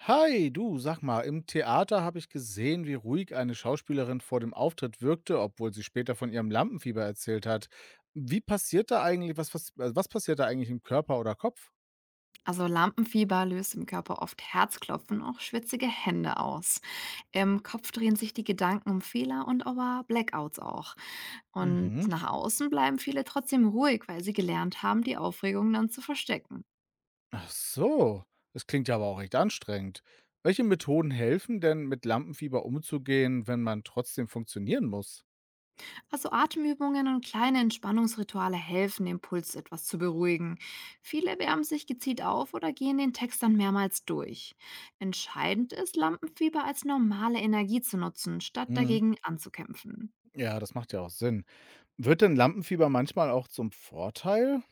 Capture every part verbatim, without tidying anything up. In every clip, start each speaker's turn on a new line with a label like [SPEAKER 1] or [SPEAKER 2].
[SPEAKER 1] Hi, du, sag mal, im Theater habe ich gesehen, wie ruhig eine Schauspielerin vor dem Auftritt wirkte, obwohl sie später von ihrem Lampenfieber erzählt hat. Wie passiert da eigentlich, was, was, äh, was passiert da eigentlich im Körper oder Kopf?
[SPEAKER 2] Also Lampenfieber löst im Körper oft Herzklopfen, auch schwitzige Hände aus. Im Kopf drehen sich die Gedanken um Fehler und aber Blackouts auch. Und
[SPEAKER 1] Mhm.
[SPEAKER 2] nach außen bleiben viele trotzdem ruhig, weil sie gelernt haben, die Aufregung dann zu verstecken.
[SPEAKER 1] Ach so, das klingt ja aber auch echt anstrengend. Welche Methoden helfen denn, mit Lampenfieber umzugehen, wenn man trotzdem funktionieren muss?
[SPEAKER 2] Also Atemübungen und kleine Entspannungsrituale helfen, den Puls etwas zu beruhigen. Viele wärmen sich gezielt auf oder gehen den Text dann mehrmals durch. Entscheidend ist, Lampenfieber als normale Energie zu nutzen, statt
[SPEAKER 1] Mhm.
[SPEAKER 2] dagegen anzukämpfen.
[SPEAKER 1] Ja, das macht ja auch Sinn. Wird denn Lampenfieber manchmal auch zum Vorteil?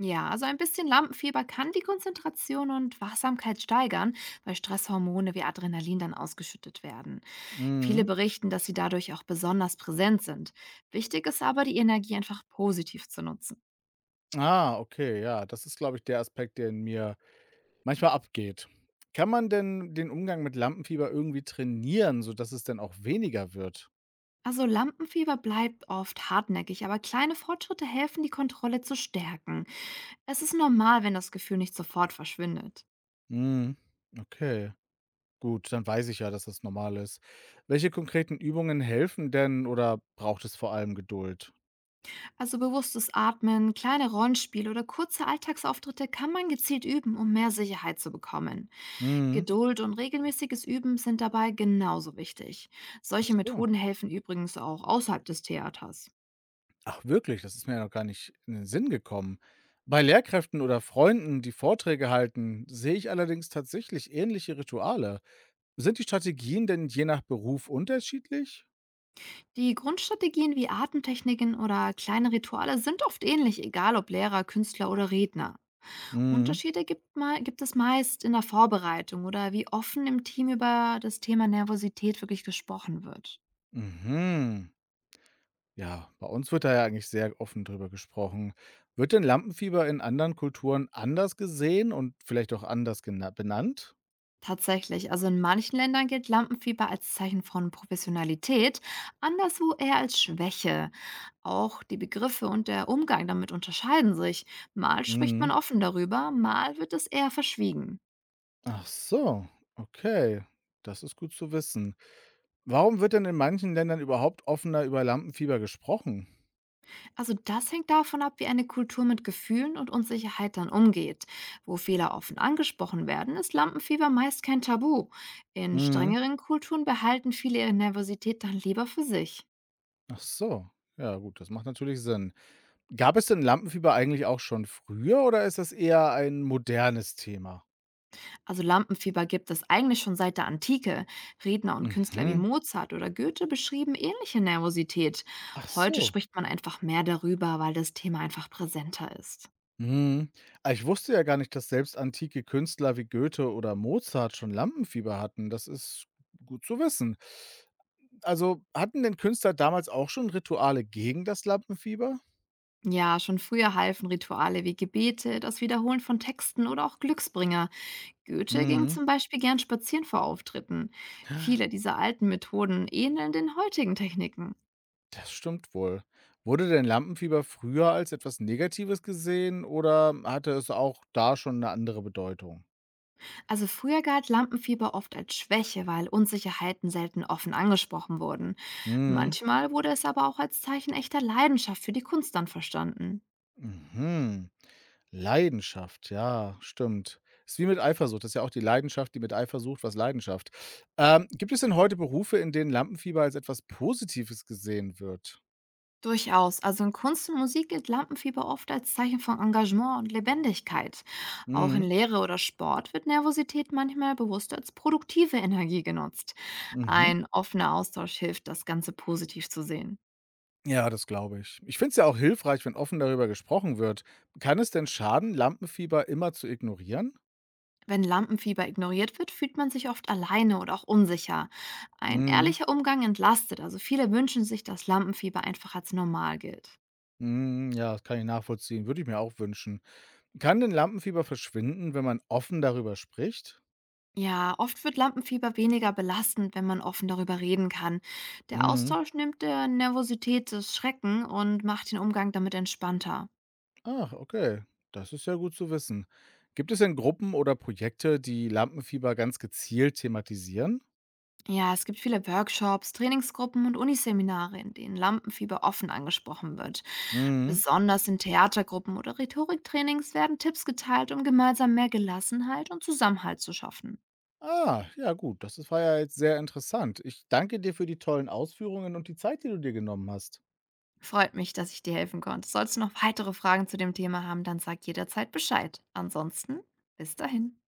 [SPEAKER 2] Ja, also ein bisschen Lampenfieber kann die Konzentration und Wachsamkeit steigern, weil Stresshormone wie Adrenalin dann ausgeschüttet werden. Viele
[SPEAKER 1] Mhm.
[SPEAKER 2] berichten, dass sie dadurch auch besonders präsent sind. Wichtig ist aber, die Energie einfach positiv zu nutzen.
[SPEAKER 1] Ah, okay, ja, das ist, glaube ich, der Aspekt, der in mir manchmal abgeht. Kann man denn den Umgang mit Lampenfieber irgendwie trainieren, sodass es dann auch weniger wird?
[SPEAKER 2] Also Lampenfieber bleibt oft hartnäckig, aber kleine Fortschritte helfen, die Kontrolle zu stärken. Es ist normal, wenn das Gefühl nicht sofort verschwindet.
[SPEAKER 1] Mhm. Okay, gut, dann weiß ich ja, dass das normal ist. Welche konkreten Übungen helfen denn oder braucht es vor allem Geduld?
[SPEAKER 2] Also bewusstes Atmen, kleine Rollenspiele oder kurze Alltagsauftritte kann man gezielt üben, um mehr Sicherheit zu bekommen.
[SPEAKER 1] Mhm.
[SPEAKER 2] Geduld und regelmäßiges Üben sind dabei genauso wichtig.
[SPEAKER 1] Ach
[SPEAKER 2] Solche
[SPEAKER 1] so.
[SPEAKER 2] Methoden helfen übrigens auch außerhalb des Theaters.
[SPEAKER 1] Ach wirklich, das ist mir ja noch gar nicht in den Sinn gekommen. Bei Lehrkräften oder Freunden, die Vorträge halten, sehe ich allerdings tatsächlich ähnliche Rituale. Sind die Strategien denn je nach Beruf unterschiedlich?
[SPEAKER 2] Die Grundstrategien wie Atemtechniken oder kleine Rituale sind oft ähnlich, egal ob Lehrer, Künstler oder Redner.
[SPEAKER 1] Mhm.
[SPEAKER 2] Unterschiede gibt, mal, gibt es meist in der Vorbereitung oder wie offen im Team über das Thema Nervosität wirklich gesprochen wird.
[SPEAKER 1] Mhm. Ja, bei uns wird da ja eigentlich sehr offen drüber gesprochen. Wird denn Lampenfieber in anderen Kulturen anders gesehen und vielleicht auch anders gena benannt?
[SPEAKER 2] Tatsächlich, also in manchen Ländern gilt Lampenfieber als Zeichen von Professionalität, anderswo eher als Schwäche. Auch die Begriffe und der Umgang damit unterscheiden sich. Mal spricht man
[SPEAKER 1] Mhm.
[SPEAKER 2] offen darüber, mal wird es eher verschwiegen.
[SPEAKER 1] Ach so, okay. Das ist gut zu wissen. Warum wird denn in manchen Ländern überhaupt offener über Lampenfieber gesprochen?
[SPEAKER 2] Also das hängt davon ab, wie eine Kultur mit Gefühlen und Unsicherheit dann umgeht. Wo Fehler offen angesprochen werden, ist Lampenfieber meist kein Tabu. In
[SPEAKER 1] Mhm.
[SPEAKER 2] strengeren Kulturen behalten viele ihre Nervosität dann lieber für sich.
[SPEAKER 1] Ach so. Ja, gut, das macht natürlich Sinn. Gab es denn Lampenfieber eigentlich auch schon früher oder ist das eher ein modernes Thema?
[SPEAKER 2] Also Lampenfieber gibt es eigentlich schon seit der Antike. Redner und Künstler wie
[SPEAKER 1] Mhm.
[SPEAKER 2] Mozart oder Goethe beschrieben ähnliche Nervosität.
[SPEAKER 1] Ach
[SPEAKER 2] Heute
[SPEAKER 1] so.
[SPEAKER 2] spricht man einfach mehr darüber, weil das Thema einfach präsenter ist.
[SPEAKER 1] Mhm. Ah, ich wusste ja gar nicht, dass selbst antike Künstler wie Goethe oder Mozart schon Lampenfieber hatten. Das ist gut zu wissen. Also hatten denn Künstler damals auch schon Rituale gegen das Lampenfieber?
[SPEAKER 2] Ja, schon früher halfen Rituale wie Gebete, das Wiederholen von Texten oder auch Glücksbringer. Goethe ging
[SPEAKER 1] Mhm.
[SPEAKER 2] zum Beispiel gern spazieren vor Auftritten. Viele dieser alten Methoden ähneln den heutigen Techniken.
[SPEAKER 1] Das stimmt wohl. Wurde denn Lampenfieber früher als etwas Negatives gesehen oder hatte es auch da schon eine andere Bedeutung?
[SPEAKER 2] Also früher galt Lampenfieber oft als Schwäche, weil Unsicherheiten selten offen angesprochen wurden.
[SPEAKER 1] Mhm.
[SPEAKER 2] Manchmal wurde es aber auch als Zeichen echter Leidenschaft für die Kunst dann verstanden.
[SPEAKER 1] Mhm. Leidenschaft, ja, stimmt. Ist wie mit Eifersucht. Das ist ja auch die Leidenschaft, die mit Eifersucht was Leidenschaft. Ähm, gibt es denn heute Berufe, in denen Lampenfieber als etwas Positives gesehen wird?
[SPEAKER 2] Durchaus, also in Kunst und Musik gilt Lampenfieber oft als Zeichen von Engagement und Lebendigkeit. Auch in
[SPEAKER 1] Mhm.
[SPEAKER 2] Lehre oder Sport wird Nervosität manchmal bewusst als produktive Energie genutzt.
[SPEAKER 1] Mhm.
[SPEAKER 2] Ein offener Austausch hilft, das Ganze positiv zu sehen.
[SPEAKER 1] Ja, das glaube ich. Ich finde es ja auch hilfreich, wenn offen darüber gesprochen wird. Kann es denn schaden, Lampenfieber immer zu ignorieren?
[SPEAKER 2] Wenn Lampenfieber ignoriert wird, fühlt man sich oft alleine oder auch unsicher. Ein
[SPEAKER 1] Mhm.
[SPEAKER 2] ehrlicher Umgang entlastet, also viele wünschen sich, dass Lampenfieber einfach als normal gilt.
[SPEAKER 1] Mhm, ja, das kann ich nachvollziehen. Würde ich mir auch wünschen. Kann denn Lampenfieber verschwinden, wenn man offen darüber spricht?
[SPEAKER 2] Ja, oft wird Lampenfieber weniger belastend, wenn man offen darüber reden kann. Der
[SPEAKER 1] Mhm.
[SPEAKER 2] Austausch nimmt der Nervosität das Schrecken und macht den Umgang damit entspannter.
[SPEAKER 1] Ach, okay. Das ist ja gut zu wissen. Gibt es denn Gruppen oder Projekte, die Lampenfieber ganz gezielt thematisieren?
[SPEAKER 2] Ja, es gibt viele Workshops, Trainingsgruppen und Uniseminare, in denen Lampenfieber offen angesprochen wird.
[SPEAKER 1] Mhm.
[SPEAKER 2] Besonders in Theatergruppen oder Rhetoriktrainings werden Tipps geteilt, um gemeinsam mehr Gelassenheit und Zusammenhalt zu schaffen.
[SPEAKER 1] Ah, ja gut, das ist- war ja jetzt sehr interessant. Ich danke dir für die tollen Ausführungen und die Zeit, die du dir genommen hast.
[SPEAKER 2] Freut mich, dass ich dir helfen konnte. Sollst du noch weitere Fragen zu dem Thema haben, dann sag jederzeit Bescheid. Ansonsten, bis dahin.